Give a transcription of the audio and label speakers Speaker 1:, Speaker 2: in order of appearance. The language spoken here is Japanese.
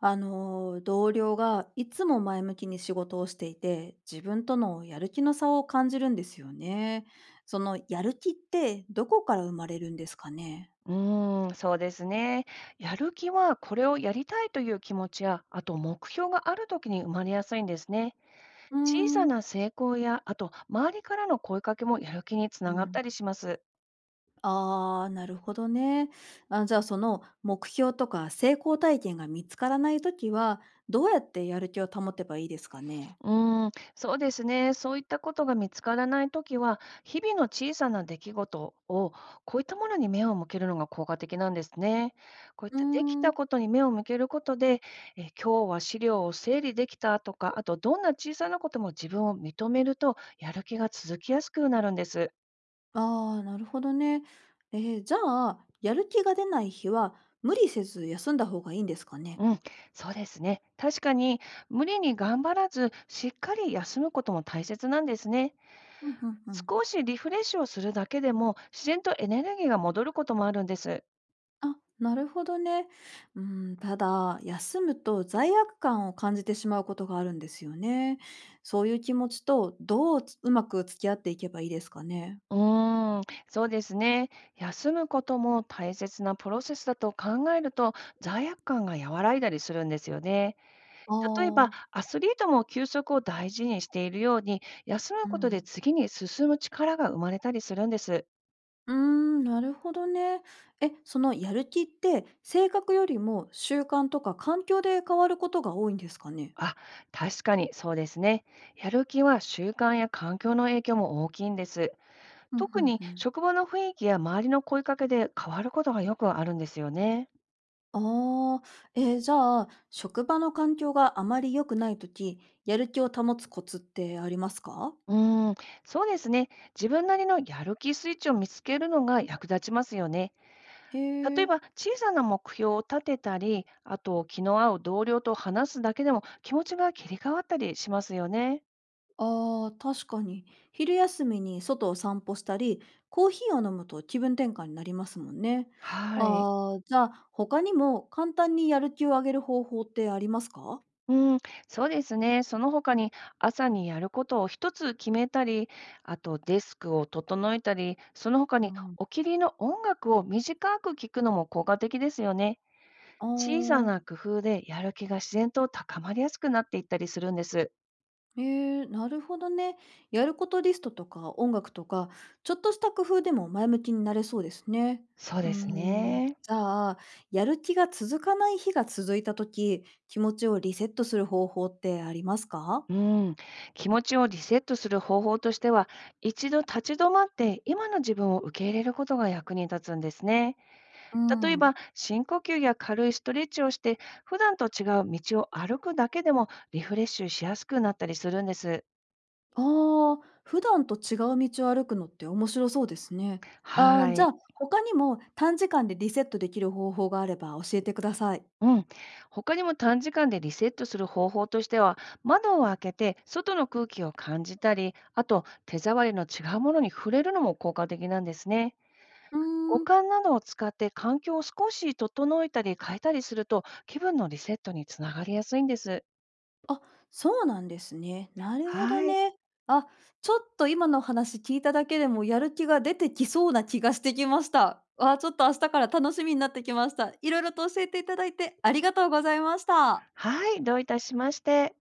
Speaker 1: 同僚がいつも前向きに仕事をしていて、自分とのやる気の差を感じるんですよね。そのやる気ってどこから生まれるんですかね。
Speaker 2: うそうですね。やる気はこれをやりたいという気持ちや、あと目標があるときに生まれやすいんですね。
Speaker 1: うー
Speaker 2: 小さ
Speaker 1: ん
Speaker 2: な成功や、あと周りからの声かけもやる気につ
Speaker 1: う
Speaker 2: ながっ
Speaker 1: ん、
Speaker 2: たりします。
Speaker 1: ああ、なるほどね。あ、じゃあその目標とか成功体験が見つからないときは、どうやってやる気を保てばいいですかね。
Speaker 2: うそうですね。そういったことが見つからないときは、日々の小さな出来事を、こういったものに目を向けるのが効果的なんですね。こういっ
Speaker 1: うー
Speaker 2: たできた
Speaker 1: ん
Speaker 2: ことに目を向けることで、今日は資料を整理できたとか、あとどんな小さなことも自分を認めると、やる気が続きやすくなるんです。
Speaker 1: ああ、なるほどね。じゃあ、やる気が出ない日は無理せず休んだ方がいいんですかね。
Speaker 2: うん、そうですね。確かに、無理に頑張らず、しっかり休むことも大切なんですね。
Speaker 1: うんうんうん。
Speaker 2: 少しリフレッシュをするだけでも自然とエネルギーが戻ることもあるんです。
Speaker 1: あ、なるほどね。うん、ただ、休むと罪悪感を感じてしまうことがあるんですよね。そういう気持ちとどうつうまく付き合っていけばいいですかね？
Speaker 2: うーん、そうですね。休むことも大切なプロセスだと考えると、罪悪感が和らいだりするんですよね。
Speaker 1: あ
Speaker 2: 例えば
Speaker 1: あ。
Speaker 2: アスリートも休息を大事にしているように、休む
Speaker 1: う
Speaker 2: ことで
Speaker 1: ん。
Speaker 2: 次に進む力が生まれたりするんです。
Speaker 1: うーん、なるほどね。え、そのやる気って、性格よりも習慣とか環境で変わることが多いんですかね？
Speaker 2: あ、確かにそうですね。やる気は習慣や環境の影響も大きいんです。
Speaker 1: うんう
Speaker 2: 特
Speaker 1: ん
Speaker 2: に
Speaker 1: うん。
Speaker 2: 職場の雰囲気や周りの声かけで変わることがよくあるんですよね。
Speaker 1: ああ、え、じゃあ、職場の環境があまり良くないとき、やる気を保つコツってありますか？
Speaker 2: うーん、そうですね。自分なりのやる気スイッチを見つけるのが役立ちますよね。
Speaker 1: へ
Speaker 2: 例え
Speaker 1: え。
Speaker 2: ば小さな目標を立てたり、あと気の合う同僚と話すだけでも気持ちが切り替わったりしますよね。
Speaker 1: ああ、確かに。昼休みに外を散歩したり、コーヒーを飲むと気分転換になりますもんね。
Speaker 2: はい。
Speaker 1: ああ、じゃあ、他にも簡単にやる気を上げる方法ってありますか。
Speaker 2: うん、そうですね。その他に朝にやることを一つ決めたり、あとデスクを整えたり、その他
Speaker 1: う
Speaker 2: に
Speaker 1: ん、
Speaker 2: お気に入りの音楽を短く聞くのも効果的ですよね。
Speaker 1: あ
Speaker 2: 小さ
Speaker 1: あ、
Speaker 2: な工夫でやる気が自然と高まりやすくなっていったりするんです。
Speaker 1: えなるほどね。やることリストとか音楽とか、ちょっとした工夫でも前向きになれそうですね。
Speaker 2: そう
Speaker 1: うー
Speaker 2: です
Speaker 1: ん、じ
Speaker 2: ね。
Speaker 1: ゃあ、やる気が続かない日が続いたとき、気持ちをリセットする方法ってありますか。
Speaker 2: うん、気持ちをリセットする方法としては、一度立ち止まって今の自分を受け入れることが役に立つんですね。
Speaker 1: う
Speaker 2: 例えば、
Speaker 1: ん。
Speaker 2: 深呼吸や軽いストレッチをして、普段と違う道を歩くだけでもリフレッシュしやすくなったりするんです。
Speaker 1: ああ、普段と違う道を歩くのって面白そうですね。あー
Speaker 2: は
Speaker 1: じゃ
Speaker 2: い。
Speaker 1: あ、他にも短時間でリセットできる方法があれば教えてください。
Speaker 2: うん。他にも短時間でリセットする方法としては、窓を開けて外の空気を感じたり、あと手触りの違うものに触れるのも効果的なんですね。
Speaker 1: うー
Speaker 2: 五
Speaker 1: ん、
Speaker 2: 感などを使って環境を少し整えたり変えたりすると気分のリセットにつながりやすいんです。
Speaker 1: あ、そうなんですね。なるほど
Speaker 2: はい。
Speaker 1: ね。あ、ちょっと今の話聞いただけでもやる気が出てきそうな気がしてきました。あー、ちょっと明日から楽しみになってきました。いろいろと教えていただいてありがとうございました。
Speaker 2: はい、どういたしまして。